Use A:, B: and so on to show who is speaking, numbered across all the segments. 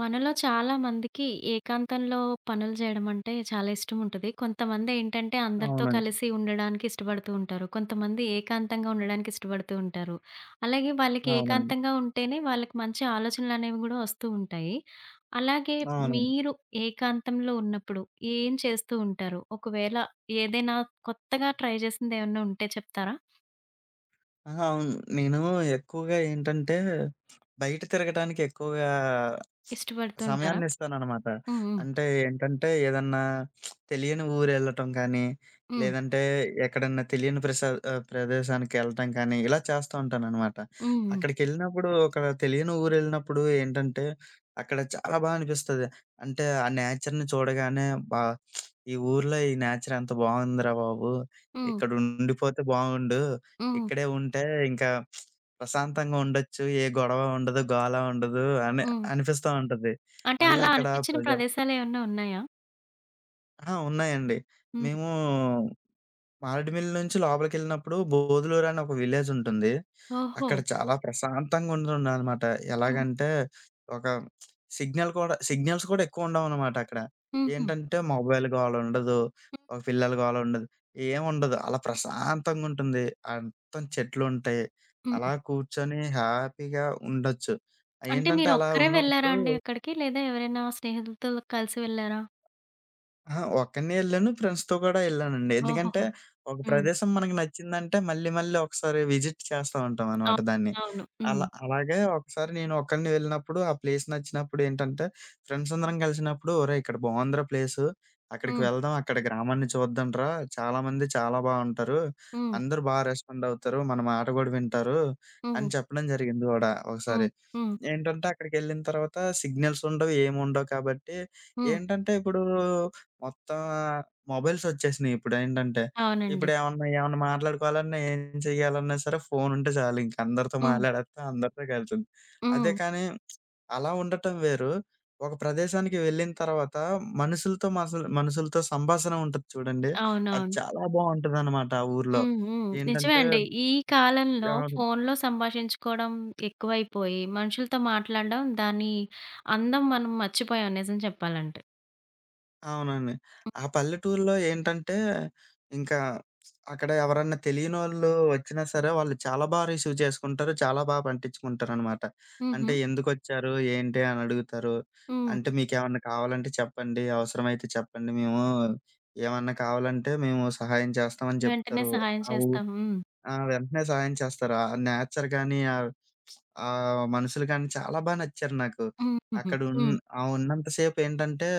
A: మనలో చాలా మందికి ఏకాంతంలో పనులు జేయడం అంటే చాలా ఇష్టం ఉంటది. కొంతమంది ఏంటంటే అందరితో
B: అవునండి.
A: కలిసి ఉండడానికి ఇష్టపడుతూ ఉంటారు. కొంతమంది ఏకాంతంగా ఉండడానికి ఇష్టపడుతూ ఉంటారు. అలాగే వాళ్ళకి
B: అవునండి.
A: ఏకాంతంగా ఉంటేనే వాళ్ళకి మంచి ఆలోచనలనేవి గూడా వస్తూ ఉంటాయి. అలాగే
B: అవునండి.
A: మీరు ఏకాంతంలో ఉన్నప్పుడు ఏం చేస్తూ ఉంటారు? ఒకవేళ ఏదైనా కొత్తగా ట్రై చేసిందేమన్నా ఉంటే చెప్తారా?
B: అహా! అవును. నేను ఎక్కువగా ఏంటంటే, బయట తిరగటానికి ఎక్కువగా
A: ఇష్టపడుతూ ఉంటారా?
B: సమయాన్నిస్తాననమాట.
A: హ్మ్. హ్మ్.
B: అంటే ఏంటంటే, ఏదన్నా తెలియని ఊరెళ్ళటం కానీ,
A: హ్మ్.
B: లేదంటే ఎక్కడన్నా ప్రదేశానికెళ్ళటం కానీ, ఇలా చేస్తూ ఉంటాననమాట.
A: హ్మ్.
B: అక్కడికెళ్ళినప్పుడు, ఒక తెలియని ఊరెళ్ళినప్పుడు ఏంటంటే, అక్కడ చాలా బా అనిపిస్తది. అంటే, ఆ నేచర్‌ని చూడగానే, అబ్బా! ఈ ఊర్లో ఈ నేచర్ ఎంత బావుందిరా బాబు!
A: హ్మ్.
B: ఇక్కడుండిపోతే బావుండు.
A: హ్మ్. హ్మ్.
B: ఇక్కడే ఉంటే ఇంకా ప్రశాంతంగా ఉండొచ్చు. ఏ గొడవ ఉండదు, గోల ఉండదు అని
A: హ్మ్.
B: అనిపిస్తా ఉంటది.
A: అంటే
B: మళ్ళీ
A: అలా
B: అక్కడ
A: అనిపించిన
B: ప్రజలు
A: ప్రదేశాలేమన్నా ఉన్నాయా?
B: ఆ! ఉన్నాయండి.
A: హ్మ్.
B: మేము మారేడుమిల్లి నుంచి లోపలికెళ్ళినప్పుడు బోధులూరు అని ఒక విలేజ్ ఉంటుంది.
A: ఓహో!
B: అక్కడ చాలా ప్రశాంతంగా ఉంటుందనమాట.
A: హ్మ్.
B: ఎలాగంటే ఒక సిగ్నల్ కూడా సిగ్నల్స్ కూడా ఎక్కువ ఉండవనమాట అక్కడ.
A: హుహు.
B: ఏంటంటే మొబైల్ గోల ఉండదు.
A: హ్మ్.
B: ఒక పిల్లల గోల ఉండదు. ఏముండదు. అలా ప్రశాంతంగా ఉంటుంది. మొత్తం చెట్లుంటాయి.
A: హ్మ్.
B: అలా కూర్చొని హ్యాపీగా ఉండొచ్చు.
A: అంటే
B: ఏంటంటే అలా
A: మీరొక్కరే వెళ్లారా
B: ఉన్నప్పుడు
A: అండి అక్కడికి? లేదా ఎవరైనా స్నేహితులతో కలిసి వెళ్లారా?
B: అహా! ఒక్కడినే యెళ్ళాను. ఫ్రెండ్స్‌తో కూడా యెళ్ళానండి. ఎందుకంటే,
A: ఓహోహో!
B: ఒక
A: హ్మ్.
B: ప్రదేశం మనకు నచ్చిందంటే మళ్ళీ మళ్ళీ ఒకసారి విజిట్ చేస్తా ఉంటామనమాట
A: అవును.
B: దాన్ని.
A: అవును. హ్మ్.
B: అలాగే ఒకసారి నేను ఒక్కడినే వెళ్ళినప్పుడు, ఆ ప్లేస్ నచ్చినప్పుడు ఏంటంటే, ఫ్రెండ్స్ అందరం కలిసినప్పుడు "ఒరేయ్! ఇక్కడ బావుందిరా ప్లేసు. అక్కడికి
A: హ్మ్.
B: వెళ్దాం. అక్కడ గ్రామాన్ని చూద్దాంరా. చాలా మంది చాలా బావుంటారు.
A: హ్మ్.
B: అందరూ బా రెస్పాండ్ అవుతారు. మన మాట గూడా వింటారు" అని
A: హ్మ్.
B: చెప్పడం జరిగింది గూడా ఒకసారి.
A: హ్మ్. హ్మ్.
B: ఏంటంటే, అక్కడికెళ్ళిన తర్వాత సిగ్నల్స్ ఉండవు, ఏముండవు కాబట్టి
A: హ్మ్.
B: ఏంటంటే ఇప్పుడు మొత్తం మొబైల్సొచ్చేసినియి. ఇప్పుడేంటంటే,
A: అవునండి.
B: ఇప్పుడేమన్నా ఏమన్నా ఏమన్నా మాట్లాడుకోవాలన్నా, ఏం చేయాలన్నా సరే ఫోనుంటే చాలు ఇంక అందరితో
A: హ్మ్.
B: మాట్లాడేత్తాం, అందరితో కలుతుంది. అదే
A: హ్మ్.
B: కానీ అలా ఉండటం వేరు. ఒక ప్రదేశానికి వెళ్ళిన తర్వాత మనుషులతో సంభాషణ ఉంటది చూడండి, అది
A: అవునవును.
B: చాలా బావుంటదనమాట ఆ ఊర్లో.
A: హ్మ్. హ్మ్. నిజమే
B: ఏంటంటే
A: అండి. ఈ కాలంలో
B: అవును.
A: ఫోనులో సంభాషించుకోవడం ఎక్కువైపోయి, మనుషులతో మాట్లాడడం దాని అందం మనం మర్చిపోయాం నిజం చెప్పాలంటే.
B: అవునండి. ఆ పల్లెటూరులో ఏంటంటే, ఇంకా అక్కడ ఎవరన్నా తెలియనోళ్ళు వచ్చినా సరే, వాళ్ళు చాలా బా రిసీవ్ చేసుకుంటారు. చాలా బా పట్టించుకుంటారనమాట.
A: హుహు.
B: అంటే ఎందుకొచ్చారు? ఏంటి? అని అడుగుతారు.
A: హ్మ్.
B: అంటే మీకేమన్నా కావాలంటే చెప్పండి. అవసరమైతే చెప్పండి. మేము ఏమన్నా కావాలంటే మేము సహాయం చేస్తామని
A: వెంటనే
B: చెప్తారు.
A: సహాయం
B: ఆ ఊ
A: చేస్తాం. హ్మ్.
B: ఆ! వెంటనే సహాయం చేస్తారు. ఆ నేచర్ గాని, ఆ మనుషులు గాని చాలా బా నచ్చారు నాకు.
A: హుహుహు.
B: అక్కడ ఉన్
A: హ్మ్.
B: ఆ ఉన్నంత సేపేంటంటే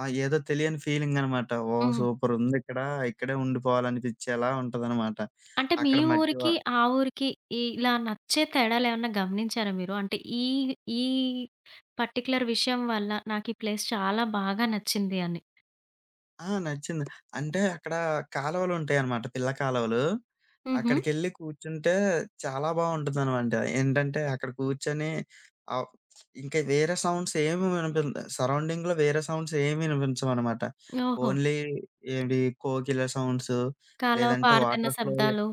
B: ఏదో తెలియని ఫీలింగనమాట. ఓహ్!
A: హ్మ్.
B: సూపరుందిక్కడ. ఇక్కడే ఉండిపోవాలనిపిచ్చేలా ఉంటదనమాట.
A: అంటే మీ
B: అక్కడ మట్టి వ
A: ఊరికి, ఆ ఊరికి ఈ ఇలా నచ్చే తేడాలేమన్నా గమనించారా మీరు? అంటే ఈ, ఈ పర్టిక్యులర్ విషయం వల్ల నాకు ఈ ప్లేస్ చాలా బాగా నచ్చింది అని.
B: ఆ! నచ్చింది. అంటే అక్కడ కాలువలుంటాయనమాట. పిల్ల కాలువలు.
A: హుహు.
B: అక్కడికెళ్ళి కూర్చుంటే చాలా బావుంటుందనమాట. ఏంటంటే అక్కడ కూర్చొని ఆహ్, ఇంక వేరే సౌండ్స్ ఏమి వినిపించ సరౌండింగ్‌లో వేరే సౌండ్స్ ఏమి వినిపించవనమాట.
A: ఓహో!
B: ఓన్లీ ఏంటి కోకిల సౌండ్స్
A: కాలవ
B: లేదంటే
A: పారుతున్న
B: వాటర్ ఫ్లో
A: శబ్దాలు.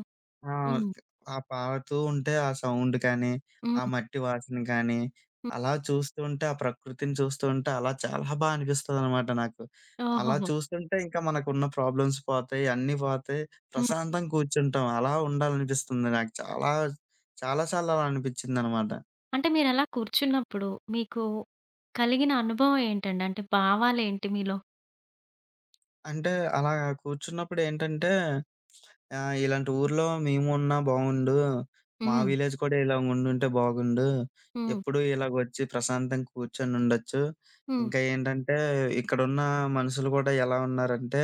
B: ఆ!
A: హ్మ్.
B: ఆ పారుతూ ఉంటే ఆ సౌండ్ కానీ,
A: హ్మ్.
B: ఆ మట్టి వాసన కానీ,
A: హ్మ్.
B: అలా చూస్తూ ఉంటే, ఆ ప్రకృతిని చూస్తూ ఉంటే అలా చాలా బా అనిపిస్తదనమాట నాకు. అలా
A: ఓహోహో!
B: చూస్తుంటే ఇంకా మనకున్న ప్రాబ్లమ్స్ పోతాయి, అన్నీ పోతాయి.
A: హ్మ్.
B: ప్రశాంతంగా కూర్చుంటాం. అలా ఉండాలనిపిస్తుంది నాకు. చాలా చాలా సార్లు అలా అనిపిచ్చిందనమాట.
A: అంటే మీరలా కూర్చున్నప్పుడు మీకు కలిగిన అనుభవం ఏంటండి? అంటే భావాలేంటి మీలో?
B: అంటే అలా కూర్చున్నప్పుడేంటంటే, ఇలాంటి ఊర్లో మేమున్నా బావుండు. మా
A: హ్మ్.
B: విలేజ్ కూడా ఇలాగుండుంటే బాగుండు.
A: హ్మ్.
B: ఎప్పుడూ ఇలాగొచ్చి ప్రశాంతంగా కూర్చొనుండొచ్చు.
A: హ్మ్.
B: ఇంకా ఏంటంటే, ఇక్కడున్న మనుషులు కూడా ఎలా ఉన్నారంటే,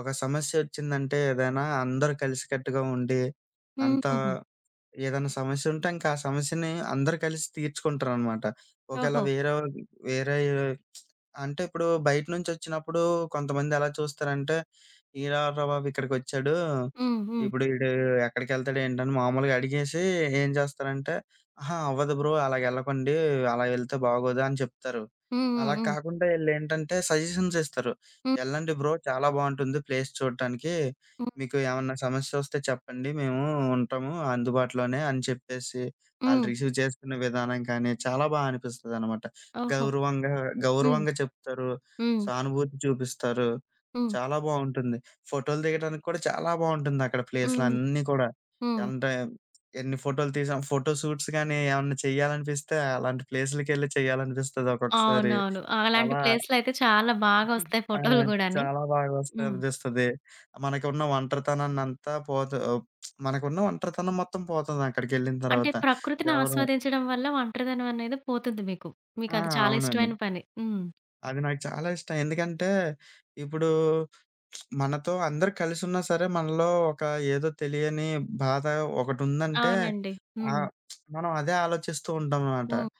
B: ఒక సమస్యొచ్చిందంటే ఏదైనా అందరూ కలిసికట్టుగా ఉండి, అంతా
A: హుహుహు.
B: ఏదైనా సమస్యుంటే ఇంకా ఆ సమస్యని అందరూ కలిసి తీర్చుకుంటారనమాట. ఒకేళ
A: ఓహో!
B: వేరే వాళ్ళు వేరే అంటే ఇప్పుడు బయట నుంచొచ్చినప్పుడు కొంతమంది ఎలా చూస్తారంటే, "ఈడెవర్రా బాబు ఇక్కడికొచ్చాడు.
A: హ్మ్. హ్మ్.
B: ఇప్పుడు ఈడు ఎక్కడికెళ్తాడు ఏంటి" అని మామూలుగా అడిగేసి ఏం చేస్తారంటే, "అహా! అవ్వదు బ్రో అలాగెళ్ళకండి. అలా వెళ్తే బాగోదు" అని చెప్తారు.
A: హ్మ్. హ్మ్.
B: అలా
A: హ్మ్.
B: కాకుండా ఈళ్ళేంటంటే సజెషన్స్ ఇస్తారు.
A: హ్మ్.
B: "ఎళ్ళండి బ్రో చాలా బావుంటుంది ప్లేస్ చూడటానికి"
A: హ్మ్.
B: మీకు ఏమన్నా సమస్యొస్తే చెప్పండి. మేము ఉంటాము అందుబాటులోనే అని చెప్పేసి, ఆళ్ళు
A: హ్మ్.
B: రిసీవ్ చేసుకునే విధానం కానీ, చాలా బా అనిపిస్తదనమాట.
A: ఓహో!
B: గౌరవంగా
A: హ్మ్.
B: గౌరవంగా చెప్తారు.
A: హ్మ్.
B: సానుభూతి చూపిస్తారు.
A: హ్మ్.
B: చాలా బావుంటుంది. ఫోటోలు దిగడానికి కూడా చాలా బావుంటుందక్కడ
A: హ్మ్.
B: ప్లేసులన్నీ కూడా.
A: హ్మ్.
B: అంటే, ఎన్ని ఫోటోలు తీసాం ఫోటో షూట్స్ గానీ, ఏమన్నా చెయ్యాలనిపిస్తే అలాంటి ప్లేసులకెళ్ళి చేయాలనిపిస్తది ఒక్కొక్కసారి.
A: అవునవును. అలాంటి
B: అలా
A: ప్లేస్‌లయితే చాలా బాగా ఒస్తాయి
B: ఆ!
A: ఫోటోలు గూడాని.
B: చాలా బాగా వస్తాయి
A: హ్మ్.
B: అనిపిస్తది. మనకున్న ఒంటరితనాన్నంతా పోత ఆహ్, మనకున్న ఒంటరితనం మొత్తం పోతుంది అక్కడికెళ్ళిన
A: అంటే
B: తర్వాత.
A: ప్రకృతిని
B: ఎవరు
A: ఆస్వాదించడం వల్ల ఒంటరిదనం అనేది పోతుంది మీకు.
B: ఆ!
A: మీకది చాలా
B: అవునండి.
A: ఇష్టమైన పని. హ్మ్.
B: అది నాకు చాలా ఇష్టం. ఎందుకంటే ఇప్పుడు మనతో అందరూ కలిసున్నా సరే మనలో ఒక ఏదో తెలియని బాధ ఒకటుందంటే
A: అవునండి. హ్మ్.
B: ఆహ్, మనం అదే ఆలోచిస్తూ ఉంటామనమాట.
A: హ్మ్.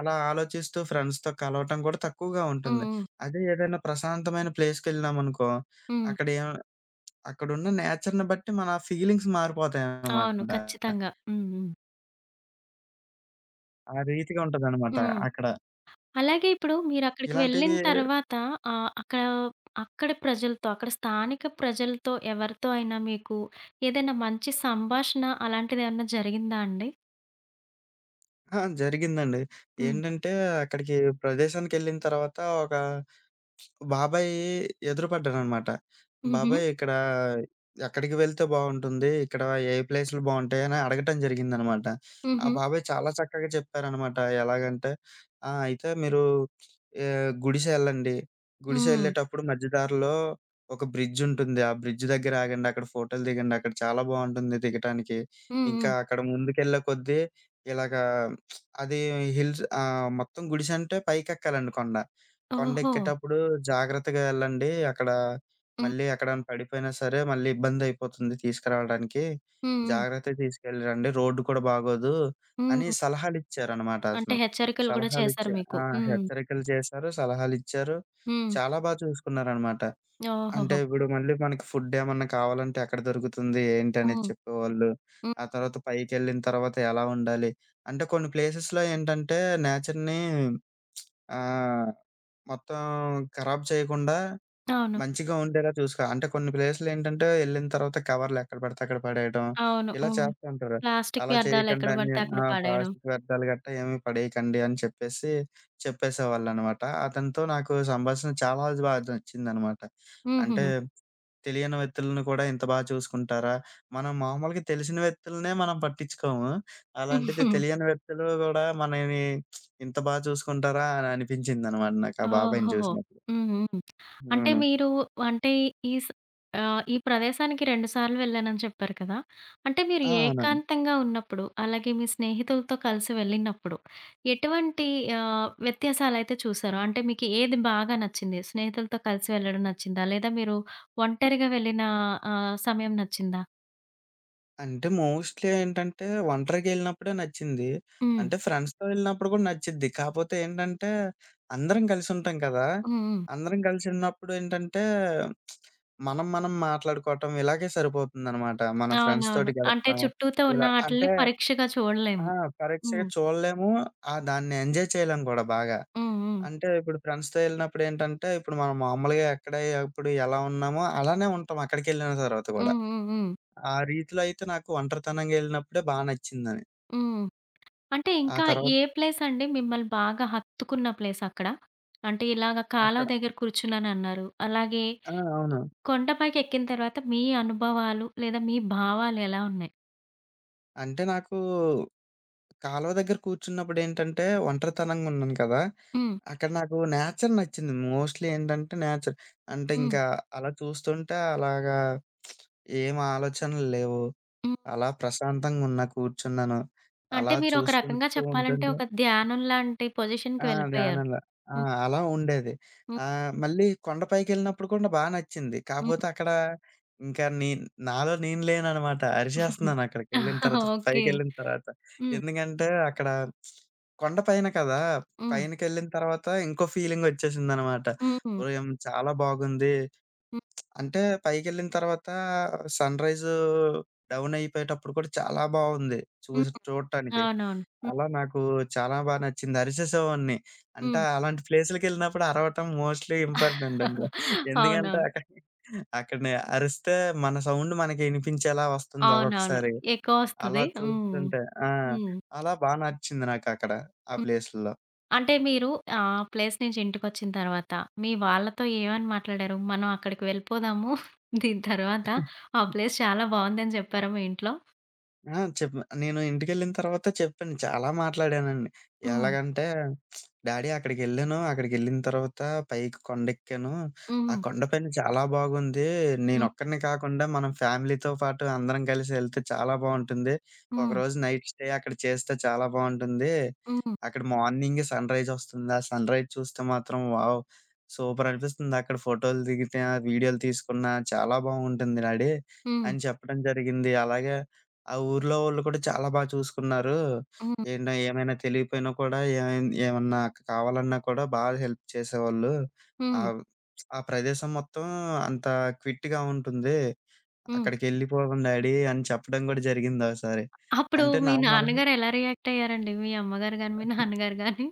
B: అలా ఆలోచిస్తూ ఫ్రెండ్స్‌తో కలవటం కూడా తక్కువగా
A: హ్మ్.
B: ఉంటుంది.
A: హ్మ్.
B: అదే ఏదైనా ప్రశాంతమైన ప్లేస్‌కెళ్ళినామనుకో
A: హ్మ్.
B: అక్కడ అక్కడున్న నేచర్‌ని బట్టి మన ఫీలింగ్స్
A: అవును.
B: మారిపోతాయనమాట.
A: ఖచ్చితంగా. హ్మ్. హ్మ్.
B: ఆ రీతిగా ఉంటదనమాట
A: హ్మ్.
B: అక్కడ.
A: అలాగే ఇప్పుడు మీరక్కడికి వెళ్ళిన
B: ఇలాంటివి
A: తర్వాత అక్కడ అక్కడి ప్రజలతో, అక్కడ స్థానిక ప్రజలతో ఎవరితో అయినా మీకు ఏదైనా మంచి సంభాషణ అలాంటిదేమన్నా జరిగిందా అండి?
B: ఆ! జరిగిందండి.
A: హ్మ్.
B: ఏంటంటే అక్కడికి ప్రదేశానికెళ్ళిన తర్వాత ఒక బాబాయ్ ఎదురుపడ్డాడనమాట.
A: హుహు.
B: బాబాయ్ ఇక్కడ ఎక్కడికి వెళ్తే బావుంటుంది? ఇక్కడ ఏ ప్లేసులు బావుంటాయి? అని అడగటం జరిగిందనమాట. ఆ
A: హుహు.
B: బాబాయ్ చాలా చక్కగా చెప్పారనమాట. ఎలాగంటే ఆ! అయితే మీరు గుడిస ఎళ్ళండి. గుడిస
A: హ్మ్.
B: ఎళ్ళేటప్పుడు మధ్య దారిలో ఒక బ్రిడ్జ్ ఉంటుంది. ఆ బ్రిడ్జ్ దగ్గర ఆగండి. అక్కడ ఫోటోలు దిగండి. అక్కడ చాలా బావుంటుంది దిగటానికి.
A: హ్మ్.
B: ఇంకా
A: హ్మ్.
B: అక్కడ ముందుకెళ్ళే కొద్దీ ఇలాగా అది హిల్స్ మొత్తం గుడిసంటే పైకెక్కాలండి కొండ.
A: ఓహో!
B: కొండెక్కేటప్పుడు జాగ్రత్తగా వెళ్ళండి. అక్కడ
A: హ్మ్.
B: మళ్ళీ ఎక్కడైనా పడిపోయినా సరే మళ్ళీ ఇబ్బందయిపోతుంది తీసుకురావడానికి.
A: హ్మ్. హ్మ్.
B: జాగ్రత్తగా తీసుకెళ్ళిరండి. రోడ్డు కూడా బాగోదు అని
A: హ్మ్.
B: సలహాలిచ్చారనమాట
A: అంటే
B: అతను.
A: హెచ్చరికలు గూడా చేశారు
B: సలహాలిచ్చా
A: మీకు.
B: ఆ!
A: హ్మ్.
B: హెచ్చరికలు చేశారు. సలహాలిచ్చారు.
A: హ్మ్.
B: చాలా బా చూసుకున్నారనమాట. అంటే
A: ఓహోహో!
B: ఇప్పుడు మళ్ళీ మనకి ఫుడ్డేమన్నా కావాలంటే ఎక్కడ దొరుకుతుంది, ఏంటనేది
A: హ్మ్.
B: చెప్పేవాళ్ళు.
A: హ్మ్.
B: ఆ తర్వాత పైకెళ్ళిన తర్వాత ఎలా ఉండాలి. అంటే కొన్ని ప్లేసెస్‌లో ఏంటంటే నేచర్‌ని ఆహ్ మొత్తం ఖరాబ్ చేయకుండా
A: అవును.
B: మంచిగా ఉండేలా చూసుకో. అంటే కొన్ని ప్లేసులేంటంటే ఎళ్ళిన తర్వాత కవర్లు ఎక్కడ పడితే అక్కడ పడేయడం
A: అవును.
B: ఇలా
A: హ్మ్.
B: చేస్తూ ఉంటారు.
A: ప్లాస్టిక్
B: అలా
A: వ్యర్థాలు
B: చేయకండి
A: ఎక్కడ
B: అని
A: పడితే అక్కడ
B: ఆ!
A: పడేయడం.
B: ప్లాస్టిక్ వ్యర్థాలు గట్టా ఏమి పడేయకండి అని చెప్పేసేవాళ్ళనమాట. అతనితో నాకు సంభాషణ చాలా బా నచ్చిందనమాట. అంటే
A: హుహుహు.
B: తెలియని వ్యక్తులను కూడా ఇంత బా చూసుకుంటారా? మనం మామూలుగా తెలిసిన వ్యక్తులనే మనం పట్టించుకోము. అలాంటిది తెలియని వ్యక్తులు గూడా మనల్ని ఇంత బా చూసుకుంటారా అని అనిపించిందనమాట నాకు ఆ బాబాయిని
A: ఓహోహో!
B: చూసినప్పుడు.
A: హ్మ్. హ్మ్. అంటే
B: అవును.
A: మీరు అంటే ఈ స్ ఈ ప్రదేశానికి 2 సార్లు వెళ్ళానని చెప్పారు కదా! అంటే మీరు
B: ఆ! అవునండి.
A: ఏకాంతంగా ఉన్నప్పుడు, అలాగే మీ స్నేహితులతో కలిసి వెళ్ళినప్పుడు, ఎటువంటి వ్యత్యాసాలైతే చూసారు? అంటే మీకు ఏది బాగా నచ్చింది? స్నేహితులతో కలిసి వెళ్ళడం నచ్చిందా? లేదా మీరు ఒంటరిగా వెళ్ళిన సమయం నచ్చిందా?
B: అంటే మోస్ట్‌లీ ఏంటంటే ఒంటరిగెళ్ళినప్పుడే నచ్చింది.
A: హ్మ్.
B: అంటే ఫ్రెండ్స్‌తో వెళ్ళినప్పుడు కూడా నచ్చిద్ది. కాపోతే ఏంటంటే అందరం కలిసుంటాం కదా!
A: హ్మ్. హ్మ్.
B: అందరం కలిసి ఉన్నప్పుడు ఏంటంటే మనం మనం మాట్లాడుకోవటం ఇలాగే సరిపోతుందనమాట. మన ఫ్రెండ్స్
A: అవునవును.
B: తోటి
A: అంటే
B: గడపడం
A: చుట్టూతో ఉన్న
B: ఇలా
A: ఆటిల్ని
B: అంటే
A: పరీక్షగా
B: ఆ!
A: చూడలేము.
B: కరెక్ట్‌గా
A: హ్మ్.
B: చూడలేము. ఆ! దాన్ని ఎంజాయ్ చేయలేం కూడా బాగా.
A: హ్మ్. హ్మ్.
B: అంటే ఇప్పుడు ఫ్రెండ్స్‌తో వెళ్ళినప్పుడు ఏంటంటే ఇప్పుడు మనం మామూలుగా ఎప్పుడు ఎలా ఉన్నామో అలానే ఉంటాం అక్కడికెళ్ళిన తర్వాత కూడా.
A: హ్మ్. హ్మ్. హ్మ్.
B: ఆ రీతిలో అయితే నాకు ఒంటరితనంగా ఎళ్ళినప్పుడే బా నచ్చిందని.
A: హ్మ్. అంటే
B: ఆ
A: ఇంకా
B: తర్వాత
A: ఏ ప్లేసండి మిమ్మల్ని బాగా హత్తుకున్న ప్లేసక్కడ? అంటే ఇలాగ కాలవ
B: అక్కడ
A: దగ్గర కూర్చున్నానన్నారు. అలాగే
B: ఆ! అవును.
A: కొండపైకి ఎక్కిన తర్వాత మీ అనుభవాలు లేదా మీ భావాలు ఎలా ఉన్నాయి?
B: అంటే నాకు కాలువ దగ్గర కూర్చున్నప్పుడేంటంటే ఒంటరితనంగా ఉన్నాను కదా!
A: హ్మ్.
B: అక్కడ నాకు నేచర్ నచ్చింది. మోస్ట్‌లీ ఏంటంటే నేచర్. అంటే
A: హ్మ్.
B: ఇంకా అలా చూస్తుంటే ఏం ఆలోచనలు లేవు.
A: హ్మ్.
B: అలా ప్రశాంతంగున్నా కూర్చున్నాను.
A: అంటే
B: అలా
A: మీరు ఒక రకంగా
B: చూసుకుంటూ
A: చెప్పాలంటే
B: ఉంటుంటే
A: ఒక ధ్యానం లాంటి పొజిషన్‌కి
B: ఆ!
A: వెళ్ళిపోయారు.
B: ధ్యానంలో. ఆ!
A: హ్మ్.
B: అలా ఉండేది.
A: హ్మ్.
B: మళ్ళీ కొండ పైకెళ్ళినప్పుడు కూడా బా నచ్చింది.
A: హ్మ్.
B: కాపోతే అక్కడ ఇంకా నే నాలో నేను లేననమాట. అరిచేస్తున్నాను అక్కడికెళ్ళిన తర్వాత,
A: ఓకే.
B: పైకెళ్ళిన తర్వాత.
A: హ్మ్.
B: ఎందుకంటే అక్కడ కొండ పైన కదా!
A: హ్మ్.
B: పైనకెళ్ళిన తర్వాత ఇంకో ఫీలింగొచ్చేసిందనమాట.
A: హ్మ్.
B: ఉదయం చాలా బాగుంది.
A: హ్మ్.
B: అంటే పైకెళ్ళిన తర్వాత సన్‌రైజు డౌన్ అయిపోయేటప్పుడు కూడా చాలా బావుంది.
A: హ్మ్.
B: చూడటానికి.
A: అవునవును. హ్మ్.
B: అలా నాకు చాలా బా నచ్చింది. అరిచేసేవాడిని. అంటే
A: హ్మ్.
B: అలాంటి ప్లేసులకెళ్ళినప్పుడు అరవటం మోస్ట్‌లీ ఇంపార్టెంట్ అండి. ఎందుకంటే
A: అవునవును.
B: అక్కడనే అరిస్తే మన సౌండ్ మనకి ఇనిపించేలా వస్తుంది
A: అవునవును.
B: ఒక్కొక్కసారి. అలా
A: ఎక్కువొస్తది. హ్మ్. హ్మ్.
B: చూస్తుంటే ఆ!
A: హ్మ్.
B: అలా బా నచ్చింది నాకక్కడ ఆ ప్లేసుల్లో.
A: అంటే మీరు ఆ ప్లేస్ నుంచి ఇంటికొచ్చిన తర్వాత, మీ వాళ్ళతో ఏమని మాట్లాడారు? మనం అక్కడికి వెళ్ళిపోదాము. దీని తర్వాత ఆ ప్లేస్ చాలా బావుందని చెప్పారా మీ ఇంట్లో?
B: ఆ! చెప్పా. నేను ఇంటికెళ్ళిన తర్వాత చెప్పాను. చాలా మాట్లాడానండి.
A: హ్మ్.
B: ఎలాగంటే, "డాడీ అక్కడికెళ్ళాను. అక్కడికెళ్ళిన తర్వాత పైకి కొండెక్కాను. ఆ
A: హ్మ్.
B: కొండపైన చాలా బాగుంది.
A: హ్మ్.
B: నేనొక్కడిని కాకుండా మనం ఫ్యామిలీతో పాటు అందరం కలిసి ఎళ్తే చాలా బావుంటుంది.
A: హ్మ్.
B: ఒకరోజు నైట్ స్టే అక్కడ చేస్తే చాలా బావుంటుంది.
A: హ్మ్.
B: అక్కడ మార్నింగే సన్‌రైజొస్తుంది. ఆ సన్‌రైజ్ చూస్తే మాత్రం వావ్! సూపర్ అనిపిస్తుంది. అక్కడ ఫోటోలు దిగితే, వీడియోలు తీసుకున్నా చాలా బావుంటుంది డాడీ"
A: హ్మ్.
B: అని చెప్పడం జరిగింది. అలాగే ఆ ఊర్లో వాళ్ళు కూడా చాలా బా చూసుకున్నారు.
A: హ్మ్.
B: ఏంటో ఏమైనా తెలియపోయినా కూడా ఏమన్నా కావాలన్నా కూడా బా హెల్ప్ చేసేవాళ్ళు.
A: హ్మ్.
B: ఆహ్, ఆ ప్రదేశం మొత్తం అంత క్విట్‌గా ఉంటుంది.
A: హ్మ్.
B: అక్కడికెళ్ళిపోదాం డాడీ అని చెప్పడం కూడా జరిగింది ఒకసారి.
A: అప్పుడు
B: అంటే
A: మీ
B: నాకు మనసు
A: నాన్నగారు ఎలా రియాక్ట్ అయ్యారండి? మీ అమ్మగారు గాని, మీ నాన్నగారు గాని?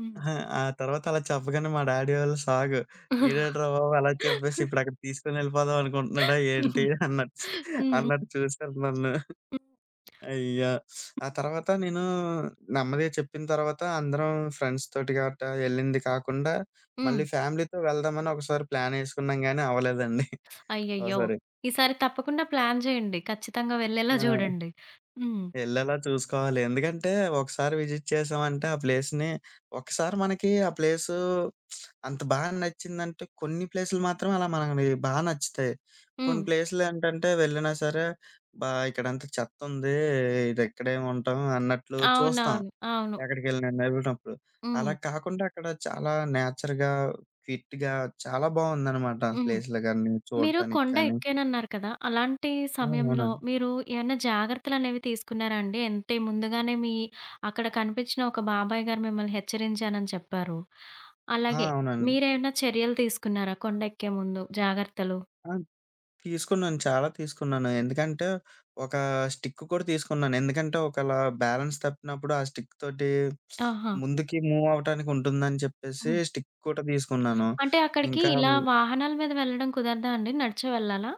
A: హ్మ్.
B: అహా! ఆ తర్వాత అలా చెప్పగానే మా డాడీ వాళ్ళు షాకు. ఈడేంట్రా బాబు అలా చెప్పేసి ఇప్పుడు అక్కడికి తీసుకొని వెళ్ళిపోదాం అనుకుంటున్నాడా ఏంటి అన్నట్టు
A: హ్మ్.
B: అన్నట్టు చూసారు నన్ను.
A: హ్మ్.
B: అయ్యో! ఆ తర్వాత నేను నెమ్మదిగా చెప్పిన తర్వాత అందరం ఫ్రెండ్స్ తోటి గట్టా ఎళ్ళింది కాకుండా,
A: హ్మ్.
B: మళ్ళీ ఫ్యామిలీతో వెళ్దామని ఒకసారి ప్లానేసుకున్నాం గానీ అవ్వలేదండి.
A: అయ్యయ్యో!
B: ఓసారి.
A: ఈసారి తప్పకుండా ప్లాన్ చేయండి. ఖచ్చితంగా వెళ్ళేలా
B: ఆ!
A: చూడండి. హ్మ్.
B: ఎళ్ళేలా చూసుకోవాలి. ఎందుకంటే ఒకసారి విజిట్ చేసామంటే ఆ ప్లేస్‌ని ఒకసారి మనకి ఆ ప్లేసు అంత బా నచ్చిందంటే కొన్ని ప్లేసులు మాత్రం అలా మనకి బా నచ్చుతాయి. కొన్ని
A: హ్మ్.
B: ప్లేసులు ఏంటంటే వెళ్ళినా సరే, "అబ్బా! ఇక్కడంతా చెత్తుంది. ఇదెక్కడేమి ఉంటాం" అన్నట్లు చూస్తాం.
A: అవునవును. అవును.
B: ఎక్కడికెళ్ళినా నడిపినప్పుడు.
A: హ్మ్.
B: అలా కాకుండా అక్కడ చాలా నేచర్‌గా, క్విట్‌గా చాలా బావుందనమాట
A: హ్మ్.
B: ప్లేస్‌లు గాని,
A: మీరు
B: చూడటానికి
A: కొండ
B: కానీ.
A: ఎక్కానన్నారు కదా! అలాంటి
B: ఆ!
A: సమయంలో
B: అవునండి.
A: మీరు ఏమన్నా జాగ్రత్తలనేవి తీసుకున్నారా అండి? అంటే ముందుగానే మీ అక్కడ కనిపించిన ఒక బాబాయ్ గారు మిమ్మల్ని హెచ్చరించానని చెప్పారు.
B: ఆ!
A: అలాగే
B: అవునండి.
A: మీరేమన్నా చర్యలు తీసుకున్నారా కొండ ఎక్కే ముందు జాగ్రత్తలు?
B: ఆ! తీసుకున్నాను. చాలా తీసుకున్నాను. ఎందుకంటే, ఒక స్టిక్ కూడా తీసుకున్నాను. ఎందుకంటే, ఒకలా బ్యాలెన్స్ తప్పినప్పుడు ఆ స్టిక్ తోటి
A: ఆహా!
B: ముందుకి మూవ్ అవ్వటానికి ఉంటుందని చెప్పేసి
A: హ్మ్.
B: స్టిక్ కూడా తీసుకున్నాను.
A: అంటే అక్కడికి
B: ఇంకా
A: ఇలా వాహనాల మీద వెళ్ళడం కుదరదా అండి? నడిచే వెళ్ళాలా?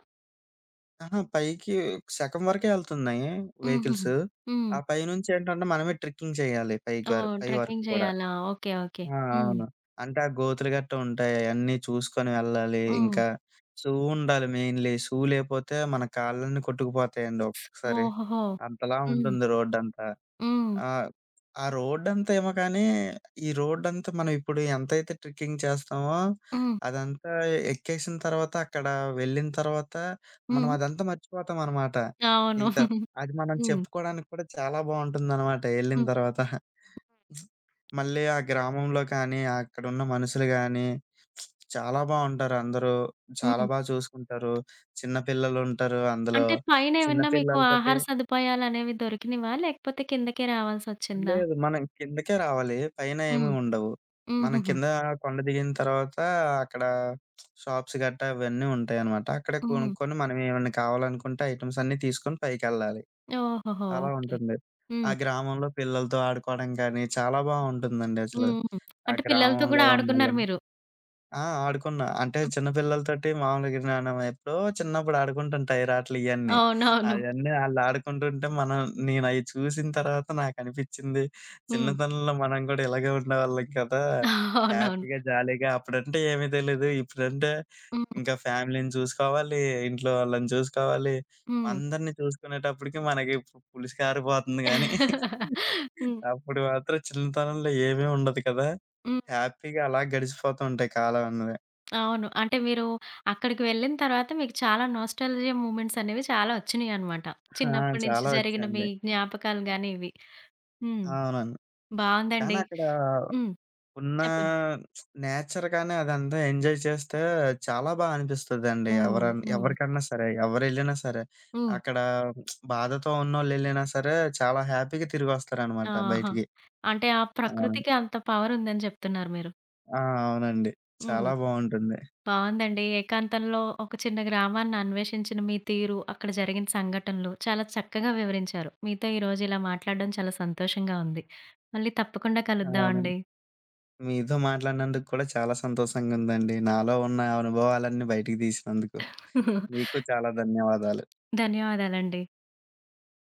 B: అహా! పైకి సగం వరకే ఎళ్తున్నాయి
A: హుహు.
B: వెహికల్స్.
A: హ్మ్.
B: ఆ పైనుంచి ఏంటంటే మనమే ట్రెక్కింగ్ చేయాలి పైకి
A: ఓహ్!
B: పై వరకు
A: ట్రెక్కింగ్
B: కూడా.
A: చేయాలా? ఓకే. ఓకే.
B: ఆ!
A: హ్మ్.
B: అవును. అంటే ఆ గోతులు గట్టా ఉంటాయి. అయన్నీ చూసుకొని వెళ్ళాలి.
A: హ్మ్.
B: ఇంకా షూ ఉండాలి మెయిన్‌లీ. షూ లేపోతే మన కాళ్ళన్నీ కొట్టుకుపోతాయండి ఒక్కొక్కసారి.
A: ఓహోహో!
B: అంతలా
A: హ్మ్.
B: ఉంటుంది రోడ్డంతా.
A: హ్మ్.
B: ఆ! ఆ రోడ్డంతా ఏమో కానీ, ఈ రోడ్డంతా మనం ఇప్పుడు ఎంతైతే ట్రెక్కింగ్ చేస్తామో,
A: హ్మ్.
B: అదంతా ఎక్కేసిన తర్వాత, అక్కడ వెళ్ళిన తర్వాత, మనం
A: హ్మ్.
B: అదంతా మర్చిపోతామనమాట.
A: అవును.
B: ఇంత అది మనం
A: హ్మ్.
B: చెప్పుకోవడానికి కూడా చాలా బావుంటుందనమాట ఎళ్ళిన
A: హ్మ్.
B: తర్వాత. మళ్ళీ ఆ గ్రామంలో కానీ, అక్కడున్న మనుషులు గానీ, చాలా బావుంటారు అందరూ. చాలా
A: హ్మ్.
B: బా చూసుకుంటారు. చిన్న పిల్లలుంటారు అందులో.
A: అంటే
B: చిన్న
A: పైనేమన్నా మీకు
B: పిల్లలతోటి
A: ఆహార సదుపాయాలనేవి దొరికినవా? లేకపోతే కిందకే రావాల్సొచ్చిందా?
B: లేదు. మనం కిందకే రావాలి. పైన ఏమి
A: హ్మ్.
B: ఉండవు. మనం
A: హుహుహు.
B: కింద కొండ దిగిన తర్వాత అక్కడ షాప్స్ గట్టా అవన్నీ ఉంటాయనమాట. అక్కడే
A: హ్మ్.
B: కొనుక్కొని మనం ఏమన్నా కావాలనుకుంటే ఐటెమ్స్ అన్నీ తీసుకొని పైకెళ్ళాలి.
A: ఓహోహో!
B: అలా
A: ఓకే.
B: ఉంటుంది. ఆ
A: హ్మ్.
B: గ్రామంలో పిల్లలతో ఆడుకోవడం కానీ చాలా బావుంటుందండి
A: హ్మ్.
B: అసలు.
A: హ్మ్.
B: ఆ
A: అంటే పిల్లలతో
B: గ్రామంలో
A: గూడా ఆడుకున్నారు
B: ఉన్నోళ్ళం
A: మీరు.
B: ఆ! ఆడుకున్నా. అంటే
A: హ్మ్.
B: చిన్న పిల్లలతోటి మామూలుగా నేను ఎప్పుడో చిన్నప్పుడు ఆడుకుంటాను టైర్ ఆటలు ఇయన్నీ.
A: అవునవును.
B: అయన్నీ ఆళ్ళాడుకుంటుంటే నేనయి చూసిన తర్వాత నాకనిపిచ్చింది,
A: హ్మ్.
B: చిన్నతనంలో మనం కూడా ఇలాగే ఉండేవాళ్ళం కదా!
A: అవునవును.
B: హ్యాపీగా, జాలీగా అప్పుడంటే ఏమీ తెలీదు. ఇప్పుడంటే
A: హ్మ్.
B: ఇంకా ఫ్యామిలీని చూసుకోవాలి, ఇంట్లో వాళ్ళని చూసుకోవాలి,
A: హ్మ్.
B: అందరిని చూసుకునేటప్పటికి మనకి పులుసు కారిపోతుంది గానీ
A: హ్మ్.
B: అప్పుడు మాత్రం చిన్నతనంలో ఏమీ ఉండదు కదా!
A: హ్మ్.
B: హ్యాపీగా అలా గడిచిపోతూ ఉంటాయి కాలం అన్నవి.
A: అవును. అంటే మీరు అక్కడికి వెళ్ళిన తర్వాత మీకు చాలా నోస్టాల్జియా మూమెంట్స్ అనేవి చాలా వచ్చినియనమాట.
B: ఆ!
A: చిన్నప్పటి నుంచి
B: చాలా
A: జరిగిన మీ
B: వచ్చాయండి.
A: జ్ఞాపకాలు గాని ఇవి. హ్మ్.
B: అవునండి. కానీ
A: బావుందండి.
B: అక్కడ
A: హ్మ్.
B: ఉన్న
A: చెప్పండి.
B: నేచర్ గాని అదంతా ఎంజాయ్ చేస్తే చాలా బా అనిపిస్తదండి.
A: హ్మ్. హ్మ్.
B: ఎవరికన్నా సరే, ఎవరెళ్ళినా సరే.
A: హ్మ్.
B: అక్కడ బాధతో ఉన్నోళ్ళెళ్ళినా సరే చాలా హ్యాపీగా తిరిగొస్తారనమాట
A: ఆహా!
B: బయటికి.
A: అంటే ఆ
B: అవును.
A: ప్రకృతికి అంత పవర్ ఉందని చెప్తున్నారు మీరు.
B: ఆ! అవునండి.
A: హ్మ్.
B: చాలా బావుంటుంది.
A: బావుందండి. ఏకాంతంలో ఒక చిన్న గ్రామాన్ని అన్వేషించిన మీ తీరు, అక్కడ జరిగిన సంఘటనలు చాలా చక్కగా వివరించారు. మీతో ఈరోజు ఇలా మాట్లాడడం చాలా సంతోషంగా ఉంది. మళ్ళీ తప్పకుండా
B: అవునండి.
A: కలుద్దామండి.
B: మీతో మాట్లాడినందుకు కూడా చాలా సంతోషంగుందండి. నాలో ఉన్న అనుభవాలన్నీ బయటికి తీసినందుకు. మీకు చాలా ధన్యవాదాలు.
A: ధన్యవాదాలండి.